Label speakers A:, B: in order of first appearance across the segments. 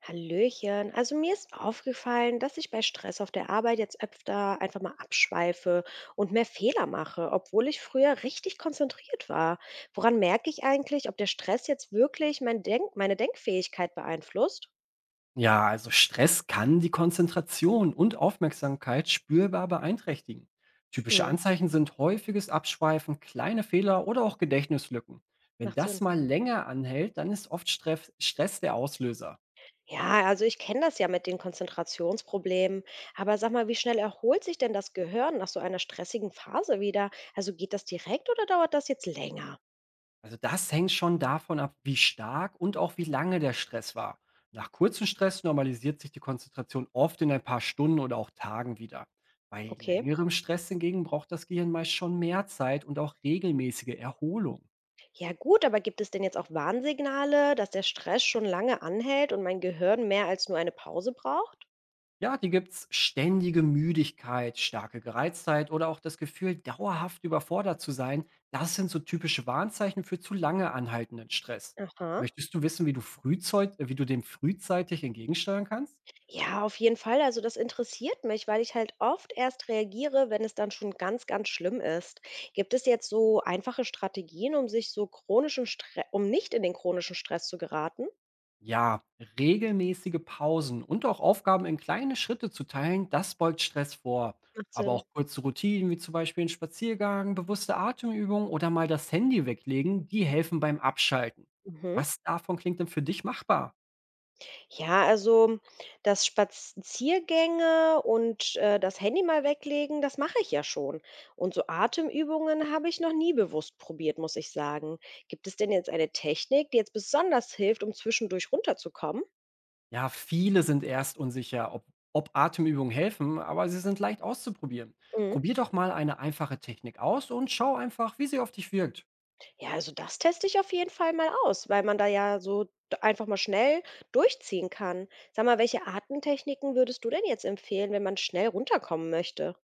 A: Hallöchen. Also mir ist aufgefallen, dass ich bei Stress auf der Arbeit jetzt öfter einfach mal abschweife und mehr Fehler mache, obwohl ich früher richtig konzentriert war. Woran merke ich eigentlich, ob der Stress jetzt wirklich meine Denkfähigkeit beeinflusst?
B: Ja, also Stress kann die Konzentration und Aufmerksamkeit spürbar beeinträchtigen. Typische
A: Mhm,
B: Anzeichen sind häufiges Abschweifen, kleine Fehler oder auch Gedächtnislücken. Wenn
A: macht
B: das
A: Sinn.
B: mal länger anhält, dann ist oft Stress der Auslöser.
A: Ja, also ich kenne das ja mit den Konzentrationsproblemen. Aber sag mal, wie schnell erholt sich denn das Gehirn nach so einer stressigen Phase wieder? Also geht das direkt oder dauert das jetzt länger?
B: Also das hängt schon davon ab, wie stark und auch wie lange der Stress war. Nach kurzem Stress normalisiert sich die Konzentration oft in ein paar Stunden oder auch Tagen wieder. Bei
A: Okay.
B: längerem Stress hingegen braucht das Gehirn meist schon mehr Zeit und auch regelmäßige Erholung.
A: Ja gut, aber gibt es denn jetzt auch Warnsignale, dass der Stress schon lange anhält und mein Gehirn mehr als nur eine Pause braucht?
B: Ja, die gibt's: ständige Müdigkeit, starke Gereiztheit oder auch das Gefühl, dauerhaft überfordert zu sein. Das sind so typische Warnzeichen für zu lange anhaltenden Stress.
A: Aha.
B: Möchtest du wissen, wie du wie du dem frühzeitig entgegensteuern kannst?
A: Ja, auf jeden Fall. Also das interessiert mich, weil ich halt oft erst reagiere, wenn es dann schon ganz, ganz schlimm ist. Gibt es jetzt so einfache Strategien, um nicht in den chronischen Stress zu geraten?
B: Ja, regelmäßige Pausen und auch Aufgaben in kleine Schritte zu teilen, das beugt Stress vor.
A: Macht
B: Aber
A: Sinn.
B: auch kurze Routinen, wie zum Beispiel ein Spaziergang, bewusste Atemübungen oder mal das Handy weglegen, die helfen beim Abschalten.
A: Mhm.
B: Was davon klingt denn für dich machbar?
A: Ja, also, das Spaziergänge und, das Handy mal weglegen, das mache ich ja schon. Und so Atemübungen habe ich noch nie bewusst probiert, muss ich sagen. Gibt es denn jetzt eine Technik, die jetzt besonders hilft, um zwischendurch runterzukommen?
B: Ja, viele sind erst unsicher, ob Atemübungen helfen, aber sie sind leicht auszuprobieren.
A: Mhm.
B: Probier doch mal eine einfache Technik aus und schau einfach, wie sie auf dich wirkt.
A: Ja, also das teste ich auf jeden Fall mal aus, weil man da ja so einfach mal schnell durchziehen kann. Sag mal, welche Atemtechniken würdest du denn jetzt empfehlen, wenn man schnell runterkommen möchte?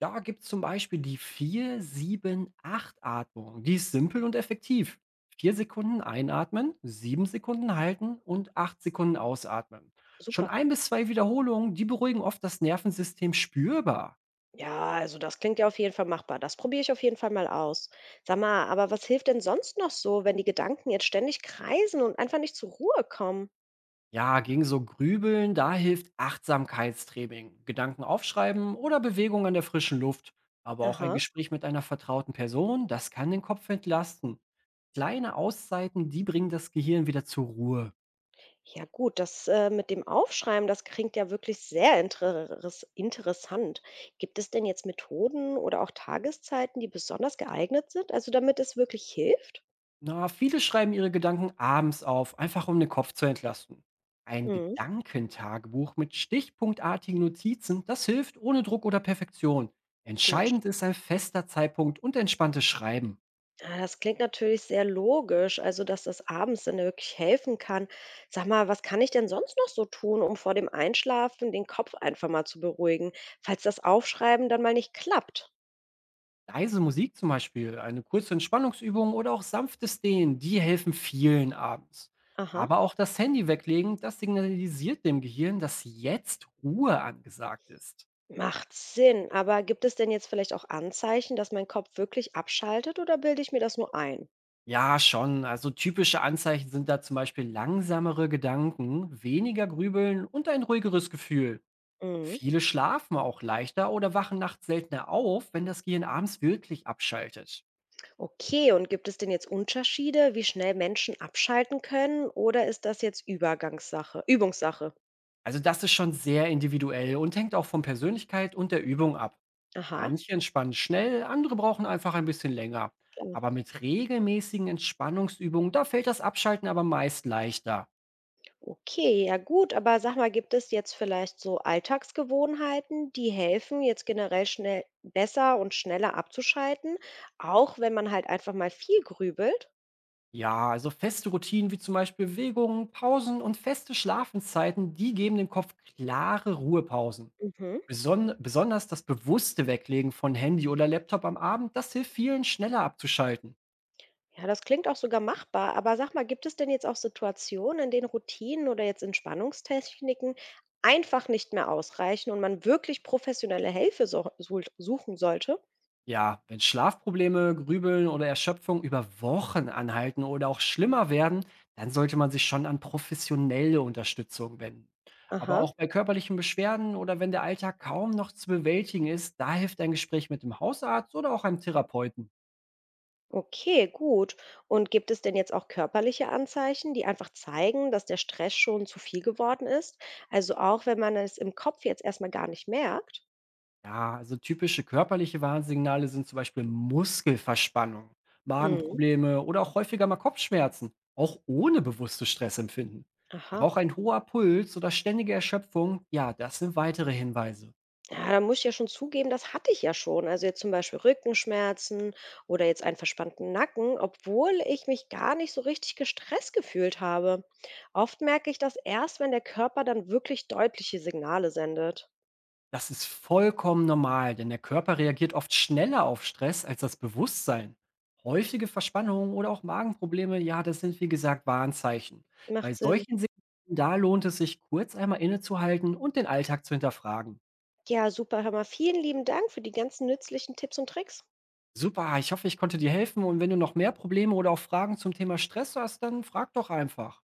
B: Da gibt es zum Beispiel die 4-7-8-Atmung. Die ist simpel und effektiv. 4 Sekunden einatmen, 7 Sekunden halten und 8 Sekunden ausatmen. Schon
A: Super.
B: ein bis zwei Wiederholungen, die beruhigen oft das Nervensystem spürbar.
A: Ja, also das klingt ja auf jeden Fall machbar. Das probiere ich auf jeden Fall mal aus. Sag mal, aber was hilft denn sonst noch so, wenn die Gedanken jetzt ständig kreisen und einfach nicht zur Ruhe kommen?
B: Ja, gegen so Grübeln, da hilft Achtsamkeitstraining, Gedanken aufschreiben oder Bewegung an der frischen Luft. Aber auch ein
A: Aha.
B: Gespräch mit einer vertrauten Person, das kann den Kopf entlasten. Kleine Auszeiten, die bringen das Gehirn wieder zur Ruhe.
A: Ja gut, das mit dem Aufschreiben, das klingt ja wirklich sehr interessant. Gibt es denn jetzt Methoden oder auch Tageszeiten, die besonders geeignet sind, also damit es wirklich hilft?
B: Na, viele schreiben ihre Gedanken abends auf, einfach um den Kopf zu entlasten. Ein
A: Mhm,
B: Gedankentagebuch mit stichpunktartigen Notizen, das hilft ohne Druck oder Perfektion.
A: gut.
B: Entscheidend ist ein fester Zeitpunkt und entspanntes Schreiben.
A: Ja, das klingt natürlich sehr logisch, also dass das abends dann wirklich helfen kann. Sag mal, was kann ich denn sonst noch so tun, um vor dem Einschlafen den Kopf einfach mal zu beruhigen, falls das Aufschreiben dann mal nicht klappt?
B: Leise Musik zum Beispiel, eine kurze Entspannungsübung oder auch sanftes Dehnen, die helfen vielen abends.
A: Aha.
B: Aber auch das Handy weglegen, das signalisiert dem Gehirn, dass jetzt Ruhe angesagt ist.
A: Macht Sinn, aber gibt es denn jetzt vielleicht auch Anzeichen, dass mein Kopf wirklich abschaltet oder bilde ich mir das nur ein?
B: Ja, schon. Also typische Anzeichen sind da zum Beispiel langsamere Gedanken, weniger Grübeln und ein ruhigeres Gefühl.
A: Mhm.
B: Viele schlafen auch leichter oder wachen nachts seltener auf, wenn das Gehirn abends wirklich abschaltet.
A: Okay, und gibt es denn jetzt Unterschiede, wie schnell Menschen abschalten können oder ist das jetzt Übungssache?
B: Also das ist schon sehr individuell und hängt auch von Persönlichkeit und der Übung ab.
A: Aha.
B: Manche entspannen schnell, andere brauchen einfach ein bisschen länger. Aber mit regelmäßigen Entspannungsübungen, da fällt das Abschalten aber meist leichter.
A: Okay, ja gut, aber sag mal, gibt es jetzt vielleicht so Alltagsgewohnheiten, die helfen, jetzt generell schnell besser und schneller abzuschalten, auch wenn man halt einfach mal viel grübelt?
B: Ja, also feste Routinen wie zum Beispiel Bewegungen, Pausen und feste Schlafenszeiten, die geben dem Kopf klare Ruhepausen.
A: Mhm.
B: Besonders das bewusste Weglegen von Handy oder Laptop am Abend, das hilft vielen schneller abzuschalten.
A: Ja, das klingt auch sogar machbar, aber sag mal, gibt es denn jetzt auch Situationen, in denen Routinen oder jetzt Entspannungstechniken einfach nicht mehr ausreichen und man wirklich professionelle Hilfe so, suchen sollte?
B: Ja, wenn Schlafprobleme, Grübeln oder Erschöpfung über Wochen anhalten oder auch schlimmer werden, dann sollte man sich schon an professionelle Unterstützung wenden. Aber
A: Aha.
B: auch bei körperlichen Beschwerden oder wenn der Alltag kaum noch zu bewältigen ist, da hilft ein Gespräch mit dem Hausarzt oder auch einem Therapeuten.
A: Okay, gut. Und gibt es denn jetzt auch körperliche Anzeichen, die einfach zeigen, dass der Stress schon zu viel geworden ist? Also auch wenn man es im Kopf jetzt erstmal gar nicht merkt?
B: Ja, also typische körperliche Warnsignale sind zum Beispiel Muskelverspannung,
A: Mhm.
B: Magenprobleme oder auch häufiger mal Kopfschmerzen, auch ohne bewusstes Stressempfinden.
A: Aha.
B: Aber auch ein hoher Puls oder ständige Erschöpfung, ja, das sind weitere Hinweise.
A: Ja, da muss ich ja schon zugeben, das hatte ich ja schon. Also jetzt zum Beispiel Rückenschmerzen oder jetzt einen verspannten Nacken, obwohl ich mich gar nicht so richtig gestresst gefühlt habe. Oft merke ich das erst, wenn der Körper dann wirklich deutliche Signale sendet.
B: Das ist vollkommen normal, denn der Körper reagiert oft schneller auf Stress als das Bewusstsein. Häufige Verspannungen oder auch Magenprobleme, ja, das sind wie gesagt Warnzeichen. Bei
A: Macht Sinn.
B: solchen Signalen, da lohnt es sich kurz einmal innezuhalten und den Alltag zu hinterfragen.
A: Ja, super, Hammer. Vielen lieben Dank für die ganzen nützlichen Tipps und Tricks.
B: Super, ich hoffe, ich konnte dir helfen, und wenn du noch mehr Probleme oder auch Fragen zum Thema Stress hast, dann frag doch einfach.